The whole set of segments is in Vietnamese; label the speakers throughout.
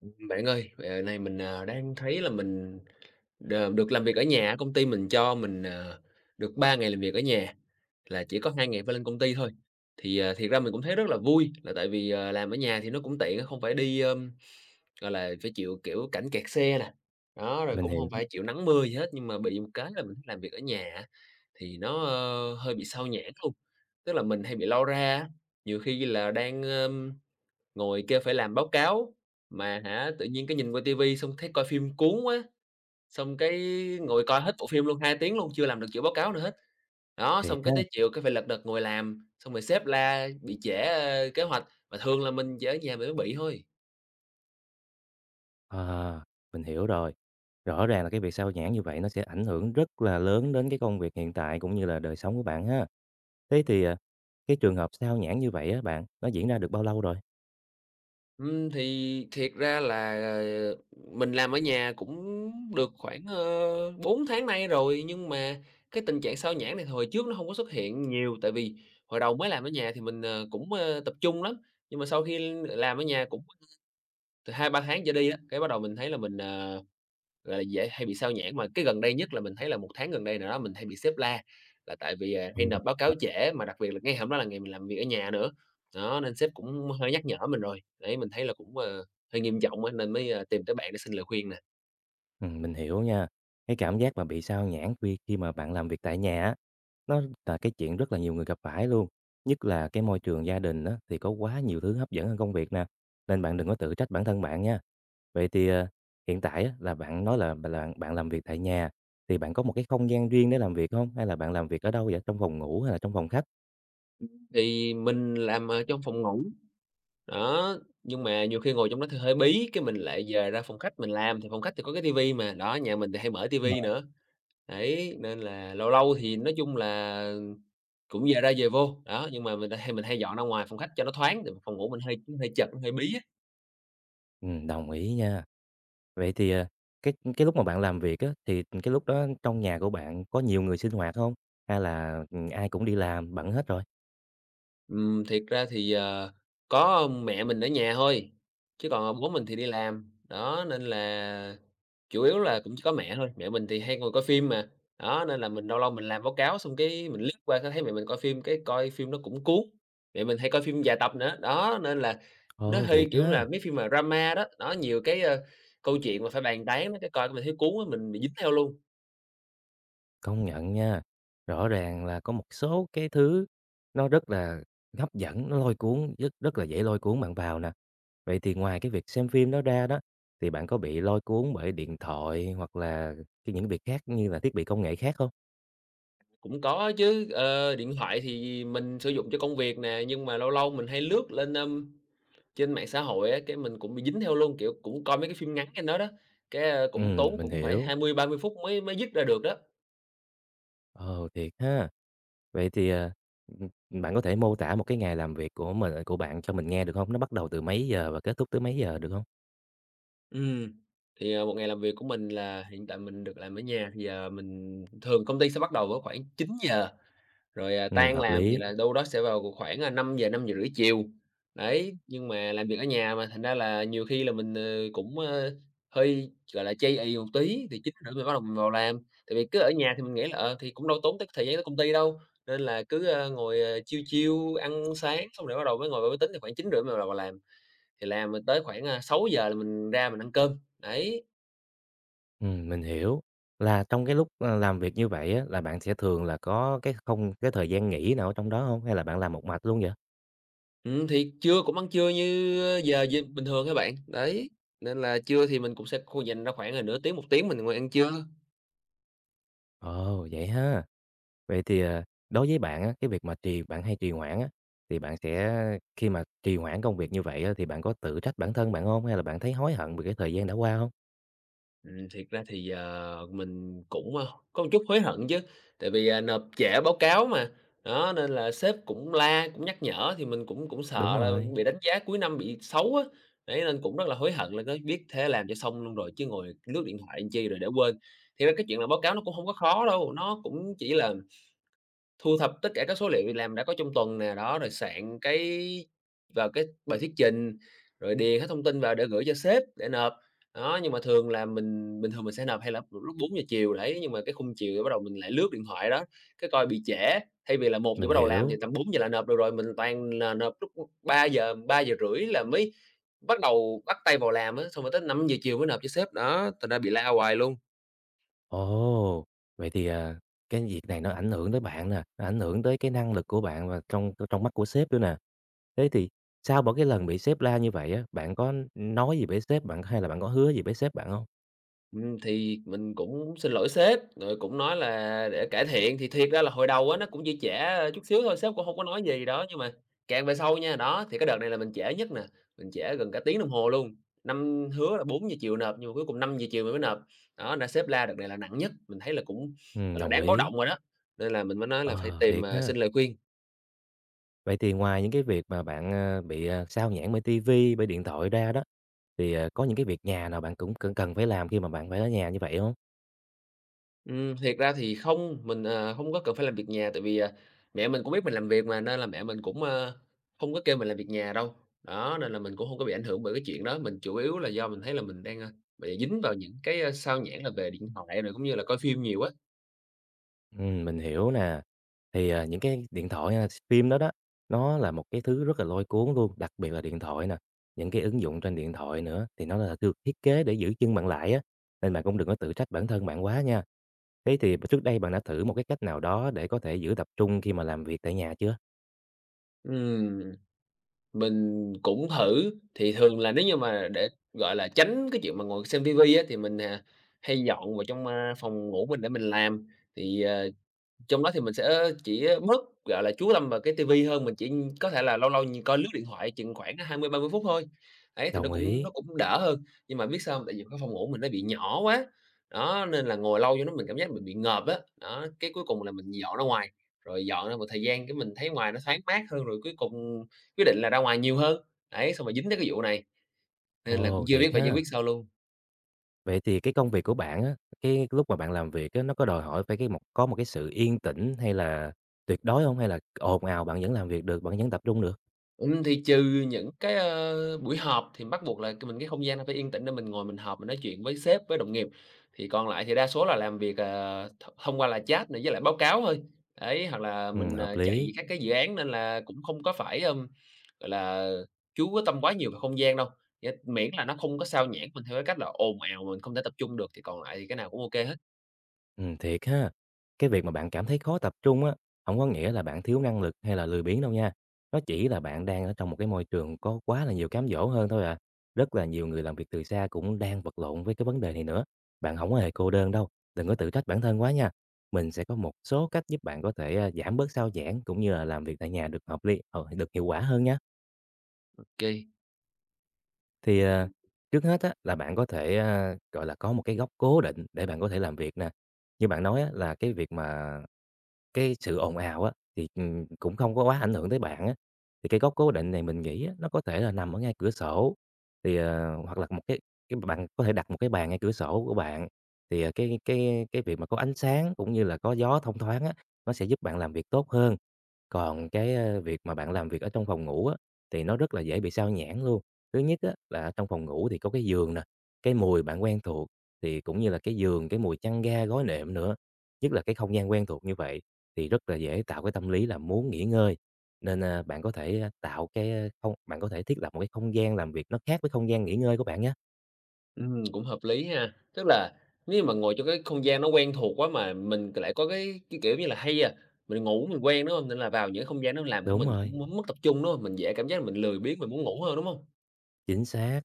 Speaker 1: Bạn ơi, dạo này mình, đang thấy là mình đ được làm việc ở nhà. Công ty mình cho mình, được 3 ngày làm việc ở nhà, là chỉ có 2 ngày phải lên công ty thôi. Thì, thiệt ra mình cũng thấy rất là vui, là tại vì, làm ở nhà thì nó cũng tiện không phải đi, gọi là, phải chịu, kiểu, cảnh kẹt xe nè, đó, rồi
Speaker 2: Mình
Speaker 1: cũng
Speaker 2: hiểu,
Speaker 1: không phải chịu nắng mưa gì hết. Nhưng mà bị một cái là mình làm việc ở nhà á, thì nó, hơi bị xao nhãng luôn, tức là mình hay bị lo ra á, nhiều khi là đang, ngồi kêu phải làm báo cáo, mà hả, tự nhiên cái nhìn qua tivi xong thấy coi phim cuốn quá, xong cái ngồi coi hết bộ phim luôn, 2 tiếng luôn, chưa làm được kiểu báo cáo nữa hết. Đó,
Speaker 2: thiệt
Speaker 1: xong
Speaker 2: ha.
Speaker 1: cái tới chiều cái phải lật đật ngồi làm, xong rồi sếp la bị trễ, kế hoạch, mà thường là mình chỉ ở nhà mình mới bị thôi.
Speaker 2: Ờ, mình hiểu rồi. Rõ ràng là cái việc sao nhãng như vậy nó sẽ ảnh hưởng rất là lớn đến cái công việc hiện tại cũng như là đời sống của bạn ha. Thế thì, cái trường hợp sao nhãng như vậy á bạn, nó diễn ra được bao lâu rồi?
Speaker 1: Thì thiệt ra là, mình làm ở nhà cũng được khoảng, 4 tháng nay rồi, nhưng mà cái tình trạng sao nhãng này hồi trước nó không có xuất hiện nhiều, tại vì hồi đầu mới làm ở nhà thì mình, cũng, tập trung lắm, nhưng mà sau khi làm ở nhà cũng từ 2-3 tháng trở đi á, cái bắt đầu mình thấy là mình, gọi là, dễ hay bị sao nhãng, mà cái gần đây nhất là mình thấy là một tháng gần đây nào đó mình hay bị sếp la, là tại vì, hay
Speaker 2: Ừm.
Speaker 1: nộp báo cáo trễ, mà đặc biệt là ngay hôm đó là ngày mình làm việc ở nhà nữa. Đó, nên sếp cũng hơi nhắc nhở mình rồi, đấy, mình thấy là cũng, hơi nghiêm trọng á, nên mới, tìm tới bạn để xin lời khuyên nè.
Speaker 2: Mình hiểu nha. Cái cảm giác mà bị sao nhãng khi khi mà bạn làm việc tại nhà á, nó là cái chuyện rất là nhiều người gặp phải luôn. Nhất là cái môi trường gia đình á, thì có quá nhiều thứ hấp dẫn hơn công việc nè, nên bạn đừng có tự trách bản thân bạn nha. Vậy thì, hiện tại á, là bạn nói là bạn làm việc tại nhà, thì bạn có một cái không gian riêng để làm việc không? Hay là bạn làm việc ở đâu vậy? Trong phòng ngủ hay là trong phòng khách?
Speaker 1: Thì mình làm ở trong phòng ngủ, đó, nhưng mà nhiều khi ngồi trong đó thì hơi bí, cái mình lại về ra phòng khách mình làm, thì phòng khách thì có cái tivi mà, đó, nhà mình thì hay mở
Speaker 2: Đúng
Speaker 1: tivi
Speaker 2: rồi.
Speaker 1: nữa. Đấy, nên là lâu lâu thì nói chung là cũng giờ ra về vô, đó, nhưng mà mình hay dọn ra ngoài phòng khách cho nó thoáng, tại vì phòng ngủ mình hơi hơi chật, hơi bí á.
Speaker 2: Đồng ý nha. Vậy thì, cái lúc mà bạn làm việc á, thì cái lúc đó trong nhà của bạn có nhiều người sinh hoạt không? Hay là, ai cũng đi làm bận hết rồi?
Speaker 1: Thiệt ra thì, có mẹ mình ở nhà thôi, chứ còn, bố mình thì đi làm, đó, nên là chủ yếu là cũng chỉ có mẹ thôi. Mẹ mình thì hay ngồi coi phim mà, đó, nên là mình lâu lâu mình làm báo cáo xong cái mình lướt qua thấy mẹ mình coi phim, cái coi phim nó cũng cuốn. Mẹ mình hay coi phim dài tập nữa, đó, nên là nó
Speaker 2: Ồ,
Speaker 1: hơi,
Speaker 2: thiệt
Speaker 1: kiểu là,
Speaker 2: ha,
Speaker 1: mấy phim mà drama đó, nó nhiều cái, câu chuyện mà phải bàn tán đó, cái coi mình thấy cuốn á, mình bị dính theo luôn.
Speaker 2: công nhận nha, rõ ràng là có một số cái thứ nó rất là hấp dẫn, nó lôi cuốn, rất rất là dễ lôi cuốn bạn vào nè. Vậy thì ngoài cái việc xem phim đó ra đó, thì bạn có bị lôi cuốn bởi điện thoại hoặc là cái những việc khác như là thiết bị công nghệ khác không?
Speaker 1: Cũng có chứ, điện thoại thì mình sử dụng cho công việc nè, nhưng mà lâu lâu mình hay lướt lên, trên mạng xã hội á, cái mình cũng bị dính theo luôn, kiểu, cũng coi mấy cái phim ngắn trên đó đó, cái, cũng tốn
Speaker 2: Mình
Speaker 1: cũng phải
Speaker 2: hiểu.
Speaker 1: 20-30 phút mới mới dứt ra được đó.
Speaker 2: Ồ, thiệt ha. Vậy thì, ừm, bạn có thể mô tả một cái ngày làm việc của bạn cho mình nghe được không? Nó bắt đầu từ mấy giờ và kết thúc tới mấy giờ được không?
Speaker 1: Ừm. Thì, một ngày làm việc của mình là hiện tại mình được làm ở nhà thì, mình thường công ty sẽ bắt đầu vào khoảng 9 giờ. Rồi, tan
Speaker 2: Hợp
Speaker 1: làm thì
Speaker 2: lý.
Speaker 1: là đâu đó sẽ vào c khoảng, là 5 giờ 5 giờ rưỡi chiều, đấy, nhưng mà làm việc ở nhà mà, thành ra là nhiều khi là mình, cũng, hơi, gọi là, chây ì một tí thì 9 rưỡi mình bắt đầu vào làm. Tại vì cứ ở nhà thì mình nghĩ là, thì cũng đâu tốn tới thời gian tới công ty đâu, nên là cứ, ngồi, chiêu chill, ăn sáng xong rồi bắt đầu mới ngồi vào máy tính, thì khoảng 9 rưỡi mình vào vào làm, thì làm, tới khoảng, 6 giờ là mình ra mình ăn cơm, đấy.
Speaker 2: Mình hiểu. Là trong cái lúc, làm việc như vậy á, là bạn sẽ thường là có cái không cái thời gian nghỉ nào ở trong đó không? Hay là bạn làm một mạch luôn vậy?
Speaker 1: Thì trưa cũng ăn trưa như giờ d bình thường các bạn, đấy, nên là trưa thì mình cũng sẽ kh dành ra khoảng là nửa tiếng, 1 tiếng mình ngồi ăn trưa.
Speaker 2: Ồ, vậy ha. Vậy thì, đối với bạn á, cái việc mà bạn hay trì hoãn á, thì bạn sẽ khi mà trì hoãn công việc như vậy á, thì bạn có tự trách bản thân bạn hông? Hay là bạn thấy hối hận về cái thời gian đã qua không?
Speaker 1: Thiệt ra thì, mình cũng, có một chút hối hận chứ, tại vì, nộp trễ báo cáo mà, đó, nên là sếp cũng la, cũng nhắc nhở thì mình cũng cũng
Speaker 2: Đúng
Speaker 1: sợ là mình
Speaker 2: rồi,
Speaker 1: bị đánh giá cuối năm bị xấu á, đấy, nên cũng rất là hối hận là có biết thế làm cho xong luôn rồi chứ ngồi lướt điện thoại làm chi rồi để quên. Thì ra cái chuyện làm báo cáo nó cũng không có khó đâu, nó cũng chỉ là thu thập tất cả các số liệu việc làm đã có trong tuần nè, đó, rồi soạn cái vào cái bài thuyết trình, rồi điền hết thông tin vào để gửi cho sếp để nộp. Đó, nhưng mà thường là mình bình thường mình sẽ nộp hay là lúc 4 giờ chiều đấy, nhưng mà cái khung chiều thì bắt đầu mình lại lướt điện thoại đó, cái coi bị trễ, thay vì là 1 giờ
Speaker 2: mình
Speaker 1: bắt đầu làm thì
Speaker 2: hiểu.
Speaker 1: tầm 4 giờ là nộp được rồi, mình toàn là nộp lúc ba 3 giờ 3 giờ rưỡi là mới bắt đầu bắt tay vào làm á, xong rồi tới 5 giờ chiều mới nộp cho sếp, đó, thành ra bị la hoài luôn.
Speaker 2: Ồ! Vậy thì, cái việc này nó ảnh hưởng tới bạn nè, nó ảnh hưởng tới cái năng lực của bạn và trong trong mắt của sếp nữa nè. Thế thì sau mỗi cái lần bị sếp la như vậy á, bạn có nói gì với sếp bạn hay là bạn có hứa gì với sếp bạn không?
Speaker 1: Thì mình cũng xin lỗi sếp, rồi cũng nói là để cải thiện, thì thiệt ra là hồi đầu á nó cũng chỉ trễ, chút xíu thôi, sếp cũng không có nói gì đó, nhưng mà càng về sau nha, đó, thì cái đợt này là mình trễ nhất nè, mình trễ gần cả tiếng đồng hồ luôn. Năm hứa là 4 giờ chiều nộp, nhưng mà cuối cùng 5 giờ chiều mình mới nộp. Đó, là sếp la đợt này là nặng nhất, mình thấy là cũng, gọi là,
Speaker 2: Đồng
Speaker 1: đáng báo
Speaker 2: ý.
Speaker 1: động rồi đó, nên là mình mới nói là phải
Speaker 2: Ờ,
Speaker 1: tìm,
Speaker 2: thiệt ha.
Speaker 1: xin lời khuyên.
Speaker 2: Vậy thì ngoài những cái việc mà bạn, xao nhãng bởi ti vi, bởi điện thoại ra đó, thì, có những cái việc nhà nào bạn cũng cần cần phải làm khi mà bạn phải ở nhà như vậy không?
Speaker 1: Thiệt ra thì không, mình, hông có cần phải làm việc nhà tại vì, mẹ mình cũng biết mình làm việc mà, nên là mẹ mình cũng, hông có kêu mình làm việc nhà đâu. Đó, nên là mình cũng không có bị ảnh hưởng bởi cái chuyện đó, mình chủ yếu là do mình thấy là mình đang, bị dính vào những cái, xao nhãng là về điện thoại rồi cũng như là coi phim nhiều á.
Speaker 2: Mình hiểu nè. Thì, những cái điện thoại hay là phim đó đó, nó là một cái thứ rất là lôi cuốn luôn, đặc biệt là điện thoại nè, những cái ứng dụng trên điện thoại nữa, thì nó là được thiết kế để giữ chân bạn lại á, nên bạn cũng đừng có tự trách bản thân bạn quá nha. Thế thì trước đây bạn đã thử một cái cách nào đó để có thể giữ tập trung khi mà làm việc tại nhà chưa?
Speaker 1: Ừm, mình cũng thử, thì thường là nếu như mà để, gọi là, tránh cái chuyện mà ngồi xem ti á, thì mình, hay dọn vào trong, phòng ngủ mình để mình làm. Thì, trong đó thì mình sẽ chỉ mất, gọi là, chú tâm vào cái ti hơn, mình chỉ có thể là lâu lâu nhìn coi lướt điện thoại chừng khoảng 20-30 phút thôi. Ấy, thì nó
Speaker 2: Đồng
Speaker 1: cũng
Speaker 2: ý.
Speaker 1: nó cũng đỡ hơn, nhưng mà biết sao hông? Tại vì cái phòng ngủ mình nó bị nhỏ quá, đó, nên là ngồi lâu vô nó mình cảm giác mình bị ngợp á. Đó, cái cuối cùng là mình dọn ra ngoài, rồi dọn ra một thời gian cái mình thấy ngoài nó thoáng mát hơn, rồi cuối cùng quyết định là ra ngoài nhiều hơn. Đấy, xong rồi dính tới cái vụ này, nên là cũng
Speaker 2: Ồ,
Speaker 1: chưa biết
Speaker 2: thiệt
Speaker 1: phải giải quyết
Speaker 2: ha.
Speaker 1: sao luôn.
Speaker 2: Vậy thì cái công việc của bạn á, cái lúc mà bạn làm việc á, nó có đòi hỏi phải cái một có một cái sự yên tĩnh hay là tuyệt đối không? Hay là ồn ào bạn vẫn làm việc được, bạn vẫn tập trung được?
Speaker 1: Thì trừ những cái, buổi họp thì bắt buộc là c mình cái không gian nó phải yên tĩnh để mình ngồi mình họp, mình nói chuyện với sếp, với đồng nghiệp. Thì còn lại thì đa số là làm việc, th thông qua là chat này với lại báo cáo thôi. Đấy, hoặc là mình,
Speaker 2: Hợp
Speaker 1: chạy
Speaker 2: lý.
Speaker 1: các cái dự án nên là cũng không có phải, gọi là, chú quyết tâm quá nhiều vào không gian đâu, nghĩa miễn là nó không có xao nhãng mình theo cái cách là ồn ào, mình không thể tập trung được thì còn lại thì cái nào cũng ô kê hết.
Speaker 2: Thiệt ha. Cái việc mà bạn cảm thấy khó tập trung á, không có nghĩa là bạn thiếu năng lực hay là lười biếng đâu nha. Nó chỉ là bạn đang ở trong một cái môi trường có quá là nhiều cám dỗ hơn thôi à. Rất là nhiều người làm việc từ xa cũng đang vật lộn với cái vấn đề này nữa. Bạn không có hề cô đơn đâu, đừng có tự trách bản thân quá nha. Mình sẽ có một số cách giúp bạn có thể, giảm bớt sao nhãng cũng như là làm việc tại nhà được hợp lý ờ, được hiệu quả hơn nhá.
Speaker 1: Kê.
Speaker 2: Thì, trước hết á, là bạn có thể, có một cái góc cố định để bạn có thể làm việc nè. Như bạn nói á, là cái việc mà cái sự ồn ào á, thì, cũng không có quá ảnh hưởng tới bạn á. Thì cái góc cố định này mình nghĩ á, nó có thể là nằm ở ngay cửa sổ, thì, ờ, hoặc là một cái bạn có thể đặt một cái bàn ngay cửa sổ của bạn, thì, cái việc mà có ánh sáng cũng như là có gió thông thoáng á, nó sẽ giúp bạn làm việc tốt hơn. Còn việc mà bạn làm việc ở trong phòng ngủ á, thì nó rất là dễ bị sao nhãng luôn. Thứ nhất á, là trong phòng ngủ thì có cái giường nè, cái mùi bạn quen thuộc, thì cũng như là cái giường, cái mùi chăn ga, gối nệm nữa. Nhất là cái không gian quen thuộc như vậy thì rất là dễ tạo cái tâm lý là muốn nghỉ ngơi. Nên, bạn có thể, a, tạo cái, a, không bạn có thể thiết lập một cái không gian làm việc nó khác với không gian nghỉ ngơi của bạn nhé.
Speaker 1: Cũng hợp lý ha. Tức là nếu mà ngồi trong cái không gian nó quen thuộc quá mà mình lại có cái, kiểu như là, hay à, mình ngủ mình quen, đúng không? Nên là vào những không gian nó làm của
Speaker 2: Đúng
Speaker 1: mình
Speaker 2: rồi.
Speaker 1: cũng m mất tập trung, đúng không? Mình dễ cảm giác là mình lười biếng, mình muốn ngủ hơn, đúng không?
Speaker 2: Chính xác.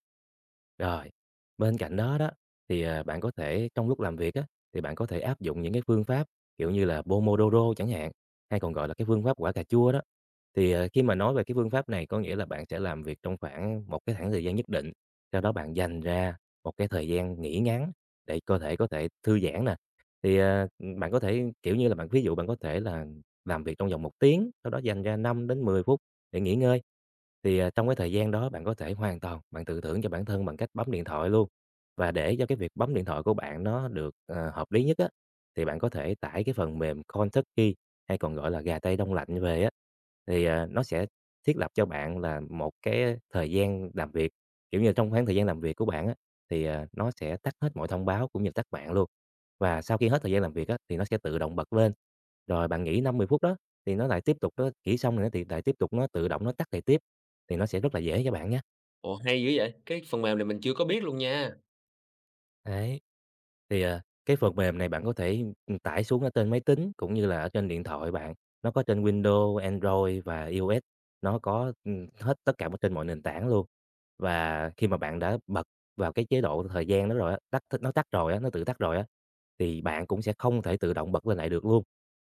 Speaker 2: Rồi, bên cạnh đó đó, thì, bạn có thể trong lúc làm việc á, thì bạn có thể áp dụng những cái phương pháp, kiểu như là, Pomodoro chẳng hạn, hay còn gọi là cái phương pháp quả cà chua đó. Thì, khi mà nói về cái phương pháp này có nghĩa là bạn sẽ làm việc trong khoảng một cái khoảng thời gian nhất định, sau đó bạn dành ra một cái thời gian nghỉ ngắn để cơ thể có thể thư giãn nè. Thì, bạn có thể, kiểu như là, bạn ví dụ bạn có thể là làm việc trong vòng một tiếng, sau đó dành ra 5 đến 10 phút để nghỉ ngơi. Thì, trong cái thời gian đó bạn có thể hoàn toàn bạn tự thưởng cho bản thân bằng cách bấm điện thoại luôn. Và để cho cái việc bấm điện thoại của bạn nó được, hợp lý nhất á, thì bạn có thể tải cái phần mềm Kentucky, hay còn gọi là gà tây đông lạnh về á. Thì, nó sẽ thiết lập cho bạn là một cái thời gian làm việc, kiểu như, trong khoảng thời gian làm việc của bạn á, thì, nó sẽ tắt hết mọi thông báo cũng như tắt mạng luôn. Và sau khi hết thời gian làm việc á, thì nó sẽ tự động bật lên. Rồi bạn nghỉ 5, 10 phút đó, thì nó lại tiếp tục nó nghỉ xong rồi nó thì lại tiếp tục nó tự động nó tắt lại tiếp, thì nó sẽ rất là dễ cho bạn nhé.
Speaker 1: Ồ, hay dữ vậy! Cái phần mềm này mình chưa có biết luôn nha.
Speaker 2: Đấy. Thì, cái phần mềm này bạn có thể tải xuống ở trên máy tính cũng như là ở trên điện thoại bạn, nó có trên Windows, Android và iOS, nó có, hết tất cả trên mọi nền tảng luôn. Và khi mà bạn đã bật vào cái chế độ thời gian đó rồi á, nó tự tắt rồi á, thì bạn cũng sẽ không thể tự động bật lên lại được luôn.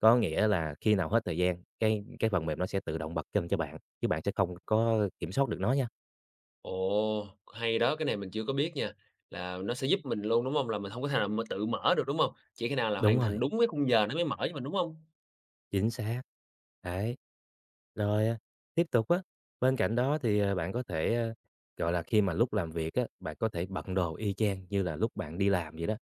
Speaker 2: Có nghĩa là khi nào hết thời gian, cái phần mềm nó sẽ tự động bật lên cho bạn, chứ bạn sẽ không có kiểm soát được nó nha.
Speaker 1: Ồ, hay đó, cái này mình chưa có biết nha, là nó sẽ giúp mình luôn, đúng không? Là mình không có thể nào mà tự mở được, đúng không? Chỉ khi nào là
Speaker 2: Đúng
Speaker 1: hoàn thành
Speaker 2: rồi.
Speaker 1: đúng cái khung giờ nó mới mở cho mình, đúng không?
Speaker 2: Chính xác. Đấy. Rồi, tiếp tục á, bên cạnh đó thì, bạn có thể, khi mà lúc làm việc á, bạn có thể bận đồ y chang như là lúc bạn đi làm vậy đó,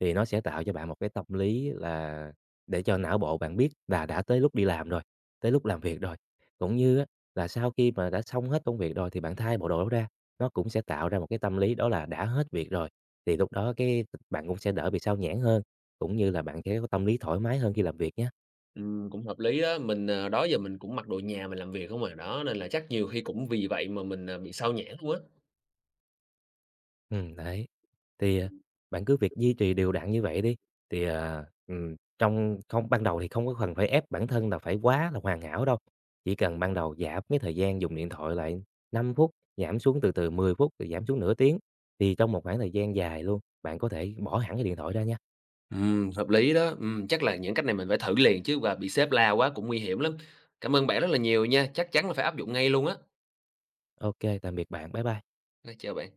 Speaker 2: thì nó sẽ tạo cho bạn một cái tâm lý là để cho não bộ bạn biết là đã tới lúc đi làm rồi, tới lúc làm việc rồi. Cũng như á, là sau khi mà đã xong hết công việc rồi thì bạn thay bộ đồ đó ra, nó cũng sẽ tạo ra một cái tâm lý đó là đã hết việc rồi, thì lúc đó bạn cũng sẽ đỡ bị xao nhãng hơn, cũng như là bạn sẽ có tâm lý thoải mái hơn khi làm việc nhé.
Speaker 1: Cũng hợp lý đó mình, đó giờ mình cũng mặc đồ nhà mình làm việc không à, đó, nên là chắc nhiều khi cũng vì vậy mà mình, bị sao nhãng luôn á.
Speaker 2: Ừ đấy. Thì, bạn cứ việc duy trì đều đặn như vậy đi, thì, à, trong không ban đầu thì không có cần phải ép bản thân là phải quá là hoàn hảo đâu, chỉ cần ban đầu giảm cái thời gian dùng điện thoại lại 5 phút, giảm xuống từ từ 10 phút, rồi giảm xuống nửa tiếng, thì trong một khoảng thời gian dài luôn, bạn có thể bỏ hẳn cái điện thoại ra nha.
Speaker 1: Hợp lý đó, chắc là những cách này mình phải thử liền chứ và bị sếp la quá cũng nguy hiểm lắm. Cảm ơn bạn rất là nhiều nha, chắc chắn là phải áp dụng ngay luôn á.
Speaker 2: Ok, tạm biệt bạn. Bye bye.
Speaker 1: Chào bạn.